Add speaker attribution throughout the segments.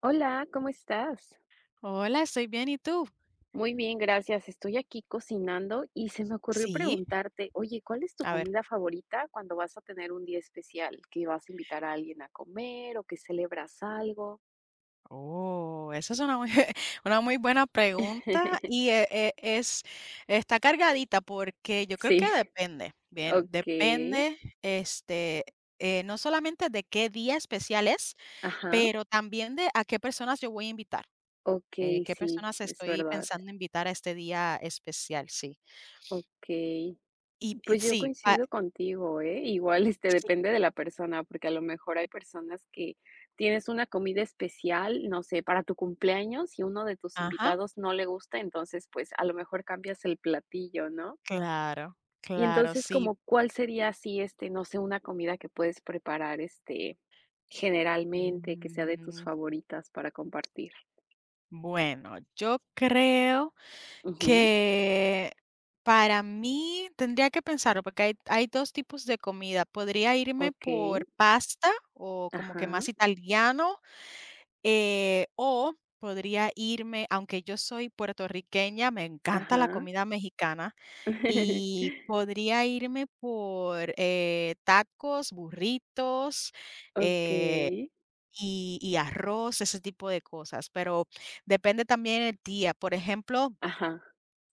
Speaker 1: Hola, ¿cómo estás?
Speaker 2: Hola, estoy bien, ¿y tú?
Speaker 1: Muy bien, gracias. Estoy aquí cocinando y se me ocurrió
Speaker 2: Sí,
Speaker 1: preguntarte, oye, ¿cuál es tu
Speaker 2: a ver,
Speaker 1: comida favorita cuando vas a tener un día especial, que vas a invitar a alguien a comer o que celebras algo?
Speaker 2: oh, esa es una muy, una muy buena pregunta y es, está cargadita porque yo creo que
Speaker 1: Sí,
Speaker 2: depende, bien,
Speaker 1: ok,
Speaker 2: depende, este, no solamente de qué día especial es,
Speaker 1: ajá,
Speaker 2: pero también de a qué personas yo voy a invitar,
Speaker 1: ok,
Speaker 2: qué
Speaker 1: sí,
Speaker 2: personas
Speaker 1: es
Speaker 2: estoy
Speaker 1: verdad,
Speaker 2: pensando invitar a este día especial, sí.
Speaker 1: ok.
Speaker 2: Y
Speaker 1: Pues yo
Speaker 2: sí,
Speaker 1: coincido contigo, ¿eh? Igual, este,
Speaker 2: sí,
Speaker 1: depende de la persona, porque a lo mejor hay personas que tienes una comida especial, no sé, para tu cumpleaños y uno de tus
Speaker 2: ajá,
Speaker 1: invitados no le gusta, entonces, pues a lo mejor cambias el platillo, ¿no?
Speaker 2: claro,
Speaker 1: Y
Speaker 2: claro,
Speaker 1: entonces,
Speaker 2: sí.
Speaker 1: como, ¿cuál sería así, este, no sé, una comida que puedes preparar, este, generalmente, que sea de tus
Speaker 2: mm,
Speaker 1: favoritas para compartir?
Speaker 2: Bueno, yo creo
Speaker 1: Ujú,
Speaker 2: que para mí tendría que pensarlo, porque hay dos tipos de comida. Podría irme
Speaker 1: okey,
Speaker 2: por pasta o como que
Speaker 1: ajá,
Speaker 2: más italiano, o podría irme, aunque yo soy puertorriqueña, me encanta la
Speaker 1: ajá.
Speaker 2: comida mexicana, y podría irme por tacos, burritos, eh,
Speaker 1: Okey,
Speaker 2: y arroz, ese tipo de cosas, pero depende también el día. Por ejemplo,
Speaker 1: ajá,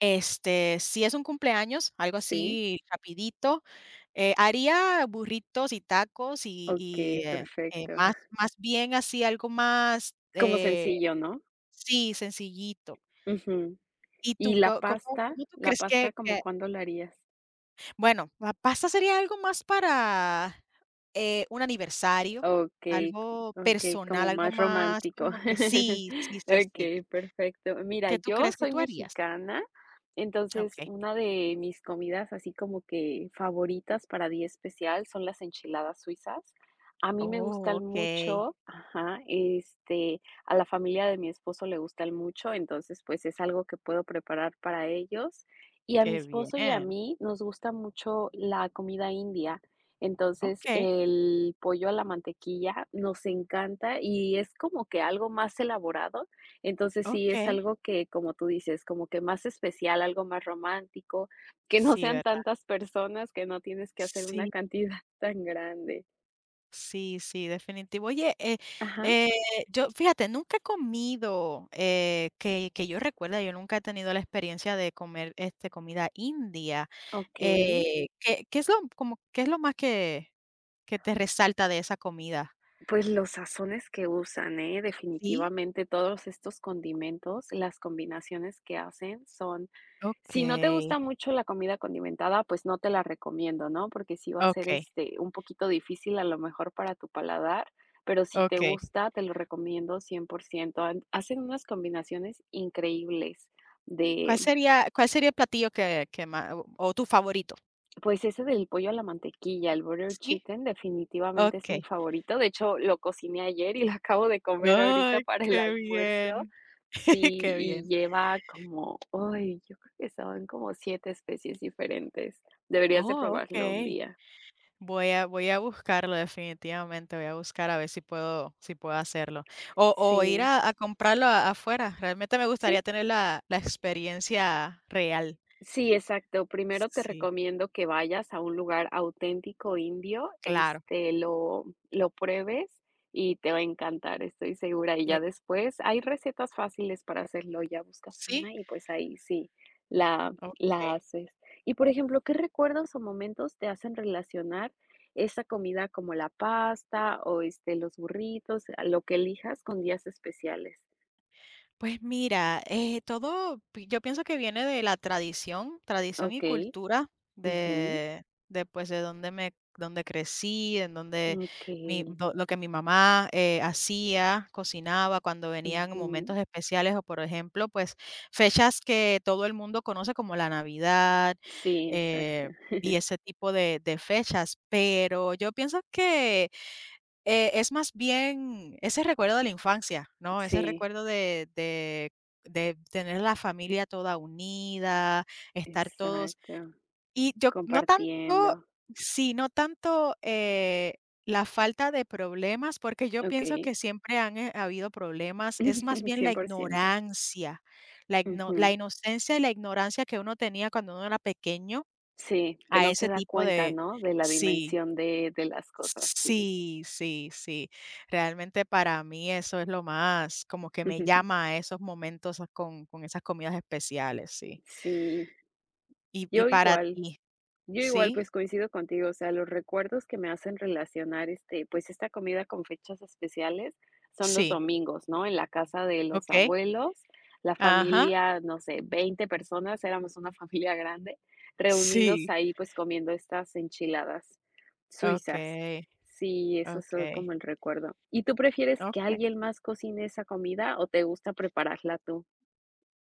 Speaker 2: este, si es un cumpleaños, algo
Speaker 1: sí.
Speaker 2: así rapidito, haría burritos y tacos y y,
Speaker 1: Okey,
Speaker 2: eh, eh,
Speaker 1: perfecto.
Speaker 2: más más bien así algo más,
Speaker 1: Como sencillo, ¿no?
Speaker 2: sí, sencillito.
Speaker 1: Ujú.
Speaker 2: ¿Y tú
Speaker 1: ¿Y la
Speaker 2: co cómo
Speaker 1: pasta?
Speaker 2: cómo tú
Speaker 1: ¿La
Speaker 2: crees que
Speaker 1: pasta como
Speaker 2: que?
Speaker 1: cuándo la harías?
Speaker 2: Bueno, la pasta sería algo más para, un aniversario,
Speaker 1: Okay,
Speaker 2: algo
Speaker 1: okay,
Speaker 2: personal,
Speaker 1: como
Speaker 2: algo
Speaker 1: más
Speaker 2: más
Speaker 1: romántico.
Speaker 2: como que sí, sí, sí, sí.
Speaker 1: Okay, perfecto. Mira,
Speaker 2: ¿Qué tú
Speaker 1: yo
Speaker 2: crees que
Speaker 1: soy
Speaker 2: tú harías?
Speaker 1: mexicana, entonces
Speaker 2: Okey.
Speaker 1: una de mis comidas así como que favoritas para día especial son las enchiladas suizas. A mí me
Speaker 2: Oh,
Speaker 1: gustan
Speaker 2: okey,
Speaker 1: mucho ajá, este, a la familia de mi esposo le gustan mucho, entonces, pues, es algo que puedo preparar para ellos. Y a mi
Speaker 2: qué
Speaker 1: esposo y a
Speaker 2: bien.
Speaker 1: mí nos gusta mucho la comida india. Entonces,
Speaker 2: Okey,
Speaker 1: el pollo a la mantequilla nos encanta y es como que algo más elaborado. Entonces, sí, es
Speaker 2: okey.
Speaker 1: algo que, como tú dices, como que más especial, algo más romántico, que no
Speaker 2: Sí,
Speaker 1: sean
Speaker 2: ¿verdad?
Speaker 1: tantas personas, que no tienes que hacer una
Speaker 2: Sí,
Speaker 1: cantidad tan grande.
Speaker 2: sí, sí, definitivo. Oye,
Speaker 1: Ajá,
Speaker 2: eh, yo fíjate, nunca he comido, que yo recuerde, yo nunca he tenido la experiencia de comer, este, comida india.
Speaker 1: okey.
Speaker 2: ¿Qué es lo como qué es lo más que te resalta de esa comida?
Speaker 1: Pues, los sazones que usan, ¿eh?
Speaker 2: Sí,
Speaker 1: Definitivamente todos estos condimentos, las combinaciones que hacen son. Si no te gusta
Speaker 2: okey,
Speaker 1: mucho la comida condimentada, pues no te la recomiendo, ¿no? Porque sí va a ser,
Speaker 2: okey,
Speaker 1: este, un poquito difícil a lo mejor para tu paladar, pero si te
Speaker 2: okey.
Speaker 1: gusta, te lo recomiendo 100%. Han hacen unas combinaciones increíbles
Speaker 2: ¿Cuál
Speaker 1: de.
Speaker 2: sería cuál sería el platillo que ma o tu favorito?
Speaker 1: Pues ese del pollo a la mantequilla, el butter
Speaker 2: ¿Sí?
Speaker 1: chicken, definitivamente es mi
Speaker 2: Okey.
Speaker 1: favorito. De hecho, lo cociné ayer y lo acabo de comer ahorita
Speaker 2: Ay,
Speaker 1: para el
Speaker 2: qué
Speaker 1: almuerzo.
Speaker 2: bien,
Speaker 1: Sí,
Speaker 2: qué
Speaker 1: y
Speaker 2: bien.
Speaker 1: lleva como, ay, yo creo que son como siete especies diferentes. Deberías de
Speaker 2: Oh,
Speaker 1: probarlo un
Speaker 2: okey.
Speaker 1: día.
Speaker 2: Voy a buscarlo definitivamente, voy a buscar a ver si puedo hacerlo. O ir
Speaker 1: Sí,
Speaker 2: a comprarlo a afuera. Realmente me
Speaker 1: sí.
Speaker 2: gustaría tener la experiencia real.
Speaker 1: Sí, exacto. Primero te
Speaker 2: Sí,
Speaker 1: recomiendo que vayas a un lugar auténtico indio,
Speaker 2: claro.
Speaker 1: este, lo pruebes y te va a encantar, estoy segura. Y
Speaker 2: Eh,
Speaker 1: ya después hay recetas fáciles para hacerlo, ya buscas
Speaker 2: sí,
Speaker 1: una y pues ahí sí la,
Speaker 2: okey.
Speaker 1: la haces. Y por ejemplo, ¿qué recuerdos o momentos te hacen relacionar esa comida como la pasta o este, los burritos, lo que elijas con días especiales?
Speaker 2: Pues mira, todo yo pienso que viene de la tradición, tradición
Speaker 1: Ok,
Speaker 2: y cultura
Speaker 1: ujú,
Speaker 2: de pues de donde crecí, en donde
Speaker 1: ok,
Speaker 2: lo que mi mamá hacía, cocinaba cuando venían
Speaker 1: ujú.
Speaker 2: momentos especiales o por ejemplo, pues fechas que todo el mundo conoce como la Navidad
Speaker 1: Sí, exacto.
Speaker 2: eh, y ese tipo de fechas. Pero yo pienso que es más bien ese recuerdo de la infancia, ¿no? Ese
Speaker 1: Sí,
Speaker 2: recuerdo de tener la familia toda unida, estar todos
Speaker 1: exacto.
Speaker 2: y yo no tanto,
Speaker 1: Compartiendo.
Speaker 2: sí, no tanto, la falta de problemas, porque yo pienso
Speaker 1: Okey.
Speaker 2: que siempre han, habido problemas, es más bien la
Speaker 1: 100%.
Speaker 2: ignorancia, la
Speaker 1: Ujú.
Speaker 2: inocencia y la ignorancia que uno tenía cuando uno era pequeño
Speaker 1: Sí, que
Speaker 2: a
Speaker 1: no se
Speaker 2: ese
Speaker 1: da
Speaker 2: tipo
Speaker 1: cuenta,
Speaker 2: de
Speaker 1: ¿no?, de la
Speaker 2: sí.
Speaker 1: dimensión de las cosas, sí.
Speaker 2: Sí, sí, sí. Realmente para mí eso es lo más, como que me llama a esos momentos con esas comidas especiales, sí.
Speaker 1: Sí,
Speaker 2: Y
Speaker 1: yo
Speaker 2: para
Speaker 1: igual.
Speaker 2: ti,
Speaker 1: Yo igual,
Speaker 2: sí,
Speaker 1: pues, coincido contigo, o sea, los recuerdos que me hacen relacionar, este, pues, esta comida con fechas especiales son los
Speaker 2: sí,
Speaker 1: domingos, ¿no? En la casa de los
Speaker 2: ok,
Speaker 1: abuelos, la
Speaker 2: ajá,
Speaker 1: familia, no sé, 20 personas, éramos una familia grande, reunidos
Speaker 2: sí,
Speaker 1: ahí, pues, comiendo estas enchiladas
Speaker 2: ok,
Speaker 1: suizas. Sí, eso es
Speaker 2: ok,
Speaker 1: como el recuerdo. ¿Y tú prefieres que
Speaker 2: ok.
Speaker 1: alguien más cocine esa comida o te gusta prepararla tú?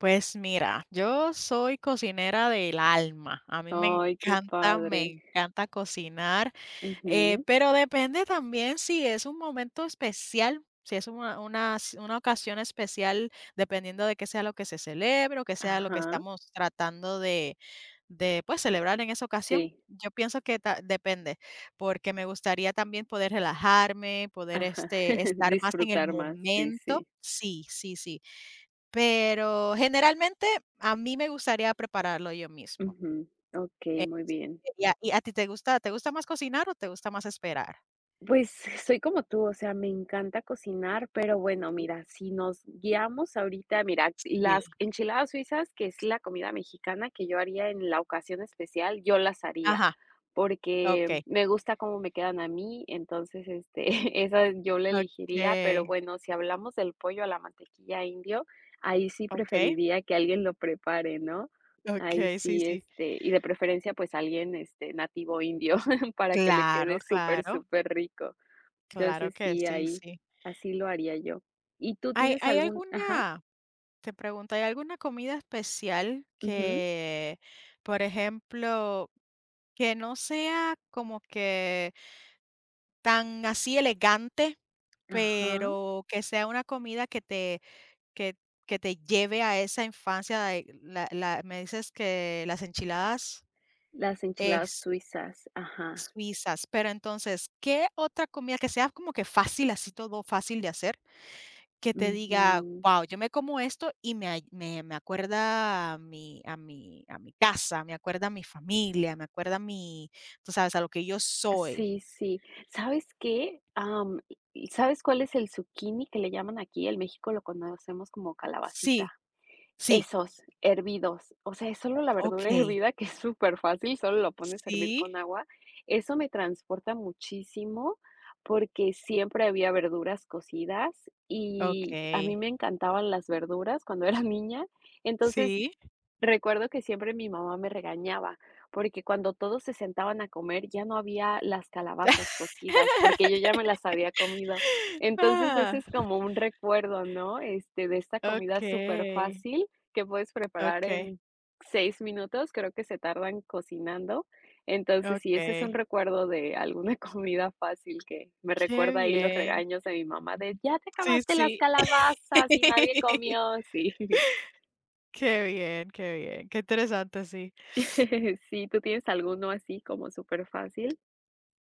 Speaker 2: Pues mira, yo soy cocinera del alma. A mí
Speaker 1: Ay, qué
Speaker 2: me
Speaker 1: padre.
Speaker 2: encanta cocinar.
Speaker 1: Ujú,
Speaker 2: Pero depende también si es un momento especial, si es una ocasión especial, dependiendo de qué sea lo que se celebre, o qué sea lo que
Speaker 1: ajá,
Speaker 2: estamos tratando de, pues, celebrar en esa ocasión.
Speaker 1: sí.
Speaker 2: Yo pienso que ta depende, porque me gustaría también poder relajarme, poder,
Speaker 1: Ajá,
Speaker 2: este, estar más en el
Speaker 1: disfrutar más, sí,
Speaker 2: momento.
Speaker 1: sí.
Speaker 2: Sí, sí, sí. Pero generalmente a mí me gustaría prepararlo yo mismo.
Speaker 1: Ujú. Okey,
Speaker 2: Eh,
Speaker 1: muy bien.
Speaker 2: y a ti te gusta más cocinar o te gusta más esperar?
Speaker 1: Pues, soy como tú, o sea, me encanta cocinar, pero bueno,
Speaker 2: Sí,
Speaker 1: mira, si nos guiamos ahorita, mira, las
Speaker 2: sí,
Speaker 1: enchiladas suizas, que es la comida mexicana que yo haría en la ocasión especial, yo las haría,
Speaker 2: ajá,
Speaker 1: porque
Speaker 2: okay,
Speaker 1: me gusta cómo me quedan a mí, entonces, este, esa yo la elegiría, pero
Speaker 2: okay,
Speaker 1: bueno, si hablamos del pollo a la mantequilla indio, ahí sí
Speaker 2: okay,
Speaker 1: preferiría que alguien lo prepare, ¿no? Ahí
Speaker 2: okay, sí,
Speaker 1: sí,
Speaker 2: sí.
Speaker 1: este, y de preferencia, pues alguien, este, nativo indio para que le
Speaker 2: Claro,
Speaker 1: quede súper,
Speaker 2: claro,
Speaker 1: súper rico.
Speaker 2: claro
Speaker 1: Entonces,
Speaker 2: que
Speaker 1: sí,
Speaker 2: sí,
Speaker 1: ahí,
Speaker 2: sí.
Speaker 1: así lo haría yo. ¿Y tú
Speaker 2: ¿Hay
Speaker 1: tienes
Speaker 2: hay
Speaker 1: algún ajá,
Speaker 2: alguna, te pregunto, ¿hay alguna comida especial
Speaker 1: ujú,
Speaker 2: que, por ejemplo, que no sea como que tan así elegante,
Speaker 1: ajá,
Speaker 2: pero que sea una comida que te que que te lleve a esa infancia de la me dices que las enchiladas,
Speaker 1: las enchiladas
Speaker 2: es
Speaker 1: suizas, ajá,
Speaker 2: Suizas, pero entonces, ¿qué otra comida que sea como que fácil, así todo fácil de hacer, que te diga:
Speaker 1: ujú.
Speaker 2: "Guau, yo me como esto y me ay, me acuerda a mi casa, me acuerda a mi familia, me acuerda a mi", tú sabes, a lo que yo soy.
Speaker 1: Sí, sí, ¿sabes qué? Am, ¿sabes cuál es el zucchini que le llaman aquí? En México lo conocemos como calabacita.
Speaker 2: Sí, sí,
Speaker 1: Esos, hervidos. O sea, es solo la verdura
Speaker 2: okey.
Speaker 1: hervida, que es súper fácil solo lo pones a hervir
Speaker 2: Sí,
Speaker 1: con agua. Eso me transporta muchísimo, porque siempre había verduras cocidas y a mí
Speaker 2: okey.
Speaker 1: me encantaban las verduras cuando era niña. Entonces,
Speaker 2: Sí.
Speaker 1: recuerdo que siempre mi mamá me regañaba, porque cuando todos se sentaban a comer ya no había las calabazas cocidas, porque yo ya me las había comido. Entonces,
Speaker 2: Ah,
Speaker 1: ese es como un recuerdo, ¿no? Este, de esta comida súper
Speaker 2: okey,
Speaker 1: fácil que puedes preparar
Speaker 2: okey,
Speaker 1: en 6 minutos, creo que se tardan cocinando. Entonces, sí, ese es un
Speaker 2: okey.
Speaker 1: recuerdo de alguna comida fácil que me
Speaker 2: Qué
Speaker 1: recuerda ahí los
Speaker 2: bien.
Speaker 1: regaños de mi mamá de: "Ya te
Speaker 2: Sí,
Speaker 1: acabaste las
Speaker 2: sí.
Speaker 1: calabazas y nadie comió", sí.
Speaker 2: Qué bien, qué bien, qué interesante, sí.
Speaker 1: Sí, ¿tú tienes alguno así como superfácil?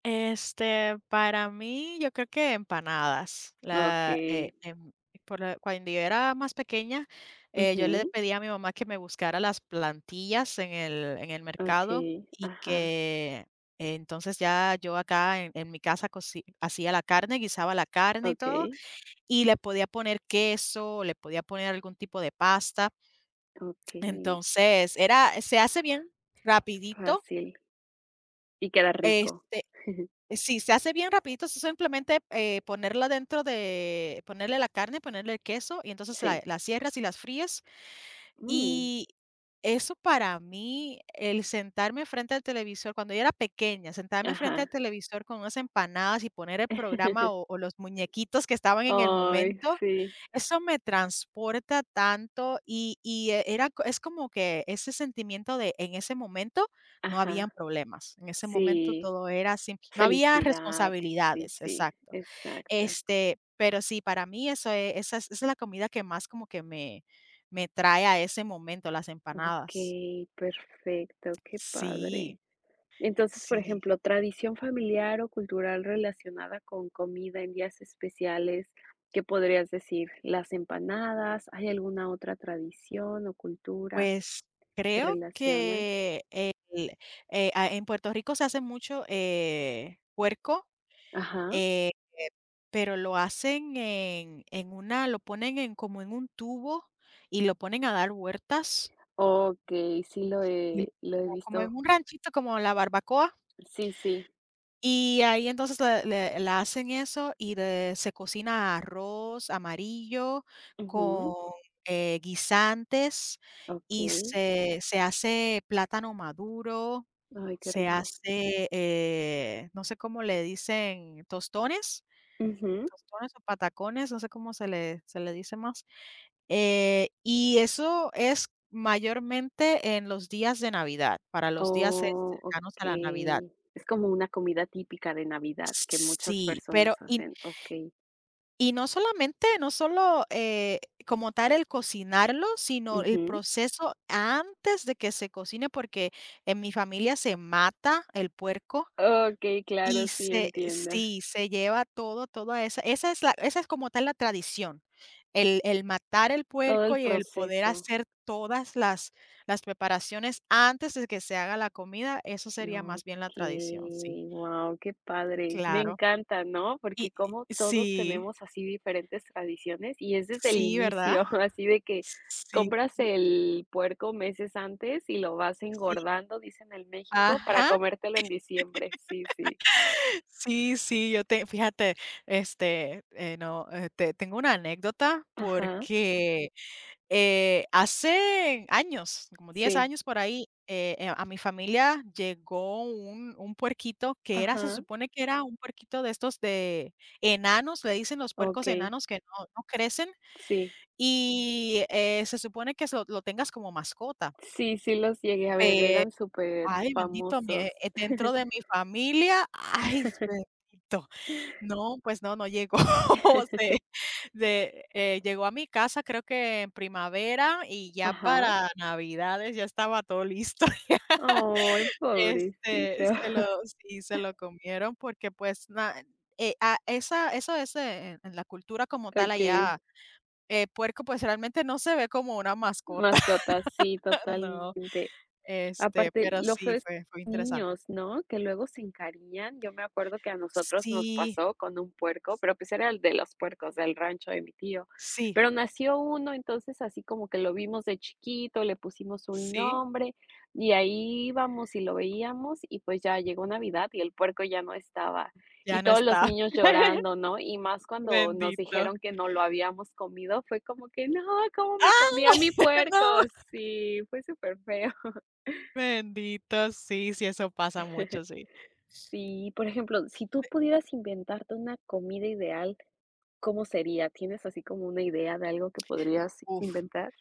Speaker 2: Este, para mí, yo creo que empanadas. La,
Speaker 1: Okey,
Speaker 2: em, por la- Cuando yo era más pequeña, yo le
Speaker 1: ujú,
Speaker 2: pedía a mi mamá que me buscara las plantillas en el mercado
Speaker 1: okey,
Speaker 2: y
Speaker 1: ajá,
Speaker 2: que entonces ya yo acá en mi casa hacía la carne, guisaba la carne y todo,
Speaker 1: okey,
Speaker 2: y le podía poner queso, le podía poner algún tipo de pasta.
Speaker 1: okey,
Speaker 2: Entonces, era, se hace bien rapidito.
Speaker 1: fácil y queda rico.
Speaker 2: Este, Sí, se hace bien rapidito, es simplemente, ponerla dentro de ponerle la carne, ponerle el queso, y entonces la
Speaker 1: Sí,
Speaker 2: la cierras y las fríes,
Speaker 1: mm,
Speaker 2: y eso para mí, el sentarme frente al televisor, cuando yo era pequeña, sentarme frente
Speaker 1: ajá.
Speaker 2: al televisor con unas empanadas y poner el programa o los muñequitos que estaban en el
Speaker 1: Ay,
Speaker 2: momento,
Speaker 1: sí,
Speaker 2: eso me transporta tanto y, es como que ese sentimiento de en ese momento no habían
Speaker 1: ajá,
Speaker 2: problemas, en ese momento
Speaker 1: sí,
Speaker 2: todo era así, no había
Speaker 1: felicidad, sí,
Speaker 2: responsabilidades,
Speaker 1: sí,
Speaker 2: exacto.
Speaker 1: exacto.
Speaker 2: Este, pero sí, para mí eso esa es la comida que más como que me trae a ese momento, las empanadas.
Speaker 1: Okey, perfecto, qué padre.
Speaker 2: Sí,
Speaker 1: Entonces, por
Speaker 2: sí.
Speaker 1: ejemplo, tradición familiar o cultural relacionada con comida en días especiales, ¿qué podrías decir? Las empanadas, ¿hay alguna otra tradición o cultura
Speaker 2: Pues,
Speaker 1: que
Speaker 2: creo
Speaker 1: relacionas?
Speaker 2: que en Puerto Rico se hace mucho, puerco,
Speaker 1: Ajá.
Speaker 2: eh, pero lo hacen en una lo ponen en como en un tubo y lo ponen a dar vueltas,
Speaker 1: Okey, sí
Speaker 2: y
Speaker 1: lo he
Speaker 2: como
Speaker 1: visto.
Speaker 2: en un ranchito, como la barbacoa.
Speaker 1: Sí, sí.
Speaker 2: Y ahí entonces le la hacen eso y de se cocina arroz amarillo
Speaker 1: Ujú.
Speaker 2: con, guisantes y
Speaker 1: Okey.
Speaker 2: se hace plátano maduro,
Speaker 1: Ay, qué
Speaker 2: se
Speaker 1: rico.
Speaker 2: hace, no sé cómo le dicen, tostones,
Speaker 1: Ujú.
Speaker 2: tostones o patacones, no sé cómo se le dice más. Y eso es mayormente en los días de Navidad, para los días,
Speaker 1: Oh,
Speaker 2: cercanos a la Navidad.
Speaker 1: okey. Es como una comida típica de Navidad que muchas
Speaker 2: Sí, pero
Speaker 1: personas
Speaker 2: y
Speaker 1: hacen. Okey.
Speaker 2: Y no solamente no solo, como tal el cocinarlo, sino el
Speaker 1: Ujú.
Speaker 2: proceso antes de que se cocine, porque en mi familia se mata el puerco
Speaker 1: Okey, claro,
Speaker 2: y
Speaker 1: sí,
Speaker 2: se,
Speaker 1: entiendo.
Speaker 2: sí, se lleva todo, toda esa es la esa es como tal la tradición, el matar el
Speaker 1: Todo
Speaker 2: puerco
Speaker 1: el
Speaker 2: y el poder
Speaker 1: proceso.
Speaker 2: hacer todas las preparaciones antes de que se haga la comida, eso sería más bien la tradición, sí,
Speaker 1: Okey, guau, qué padre. Me
Speaker 2: claro.
Speaker 1: encanta, ¿no? Porque
Speaker 2: Y
Speaker 1: como todos
Speaker 2: sí,
Speaker 1: tenemos así diferentes tradiciones y es desde el
Speaker 2: sí, ¿verdad?
Speaker 1: inicio, así de que
Speaker 2: Sí,
Speaker 1: compras el puerco meses antes y lo vas
Speaker 2: sí.
Speaker 1: engordando, dicen en México, para
Speaker 2: Ajá.
Speaker 1: comértelo en diciembre. Sí, sí.
Speaker 2: Sí, sí, yo te fíjate, este, no, te tengo una anécdota
Speaker 1: Ajá,
Speaker 2: porque, hace años, como 10
Speaker 1: sí,
Speaker 2: años por ahí, a mi familia llegó un puerquito que era se
Speaker 1: ajá,
Speaker 2: supone que era un puerquito de estos de enanos, le dicen los puercos
Speaker 1: okey,
Speaker 2: enanos que no crecen
Speaker 1: sí.
Speaker 2: y, se supone que lo tengas como mascota,
Speaker 1: Sí, sí los llegué a ver,
Speaker 2: pero
Speaker 1: eran súper
Speaker 2: ay, bendito, mi
Speaker 1: famosos.
Speaker 2: dentro de mi familia, ay, bendito. No, pues no, no llegó. Se Llegó a mi casa, creo que en primavera, y ya
Speaker 1: Ajá.
Speaker 2: para Navidades ya estaba todo listo. Ya.
Speaker 1: Ay,
Speaker 2: Este,
Speaker 1: pobrecito.
Speaker 2: se lo sí, se lo comieron porque, pues, na ah, esa eso es, en la cultura como tal allá,
Speaker 1: Okey.
Speaker 2: puerco, pues, realmente no se ve como una mascota,
Speaker 1: Mascotas, sí,
Speaker 2: no,
Speaker 1: totalmente.
Speaker 2: este,
Speaker 1: Aparte,
Speaker 2: pero
Speaker 1: lo feo
Speaker 2: sí
Speaker 1: es
Speaker 2: fue interesante.
Speaker 1: niños, ¿no? Que luego se encariñan. Yo me acuerdo que a nosotros nos
Speaker 2: Sí,
Speaker 1: pasó con un puerco, pero pues era el de los puercos del rancho de mi tío.
Speaker 2: sí,
Speaker 1: Pero nació uno, entonces así como que lo vimos de chiquito, le pusimos un
Speaker 2: sí,
Speaker 1: nombre y ahí íbamos y lo veíamos y pues ya llegó Navidad y el puerco ya no estaba. Y
Speaker 2: ya no
Speaker 1: todos los
Speaker 2: está.
Speaker 1: niños llorando, ¿no? Y más cuando nos
Speaker 2: Bendito.
Speaker 1: dijeron que no lo habíamos comido, fue como que, no, ¿cómo me comí
Speaker 2: ¡Ah!
Speaker 1: a mi puerco?
Speaker 2: No,
Speaker 1: Sí, fue súper feo.
Speaker 2: bendito, sí, sí, eso pasa mucho, sí.
Speaker 1: Sí, por ejemplo, si tú pudieras inventarte una comida ideal, ¿cómo sería? ¿Tienes así como una idea de algo que podrías
Speaker 2: Uf.
Speaker 1: inventar?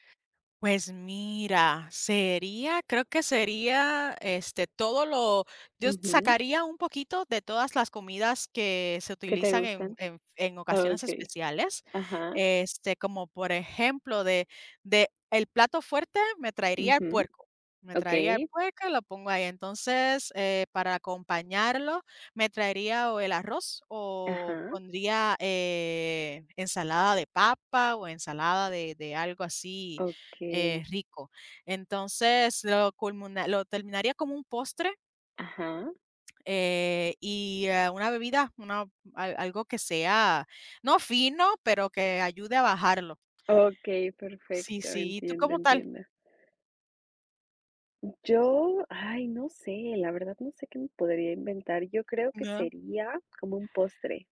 Speaker 2: Pues mira, sería, creo que sería, este, todo lo, yo
Speaker 1: Ujú,
Speaker 2: sacaría un poquito de todas las comidas que se
Speaker 1: ¿qué te
Speaker 2: utilizan en,
Speaker 1: gustan?
Speaker 2: en ocasiones
Speaker 1: Okay,
Speaker 2: especiales,
Speaker 1: ajá,
Speaker 2: este, como por ejemplo de el plato fuerte me traería el
Speaker 1: ujú,
Speaker 2: puerco, me traería el
Speaker 1: okay,
Speaker 2: puerco y lo pongo ahí. Entonces, para acompañarlo, me traería o el arroz o
Speaker 1: ajá,
Speaker 2: pondría ensalada de papa o ensalada de algo así,
Speaker 1: okay,
Speaker 2: rico. Entonces, lo terminaría como un postre,
Speaker 1: ajá,
Speaker 2: y una bebida, una al algo que sea, no fino, pero que ayude a bajarlo.
Speaker 1: okay,
Speaker 2: Sí,
Speaker 1: perfecto,
Speaker 2: sí, ¿y tú
Speaker 1: entiendo,
Speaker 2: cómo tal?
Speaker 1: entiendo. Yo, ay, no sé, la verdad no sé qué me podría inventar. Yo creo que
Speaker 2: No,
Speaker 1: sería como un postre.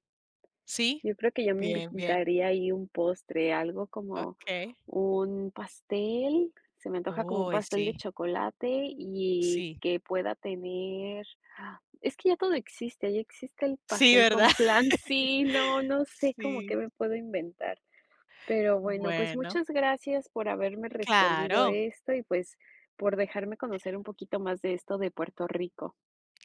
Speaker 2: ¿sí?
Speaker 1: Yo creo que yo me
Speaker 2: Bien, bien,
Speaker 1: invitaría ahí un postre, algo como
Speaker 2: okey.
Speaker 1: un pastel. Se me antoja como un
Speaker 2: Uy,
Speaker 1: pastel de
Speaker 2: sí,
Speaker 1: chocolate y
Speaker 2: sí,
Speaker 1: que pueda tener. Ah, es que ya todo existe, ya existe el
Speaker 2: sí,
Speaker 1: pastel con
Speaker 2: ¿verdad?
Speaker 1: flan. Sí, no, no sé cómo que
Speaker 2: Sí,
Speaker 1: me puedo inventar. Pero bueno, pues
Speaker 2: bueno,
Speaker 1: muchas gracias por haberme respondido
Speaker 2: claro,
Speaker 1: esto y pues por dejarme conocer un poquito más de esto de Puerto Rico.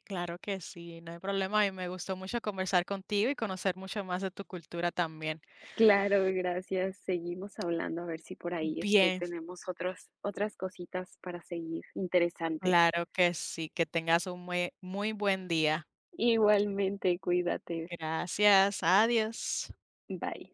Speaker 2: claro que sí, no hay problema, y me gustó mucho conversar contigo y conocer mucho más de tu cultura también.
Speaker 1: Claro, gracias. Seguimos hablando a ver si por ahí, este,
Speaker 2: Bien.
Speaker 1: tenemos otros otras cositas para seguir interesantes.
Speaker 2: Claro que sí, que tengas un muy muy buen día.
Speaker 1: Igualmente, cuídate.
Speaker 2: Gracias, adiós.
Speaker 1: Bye.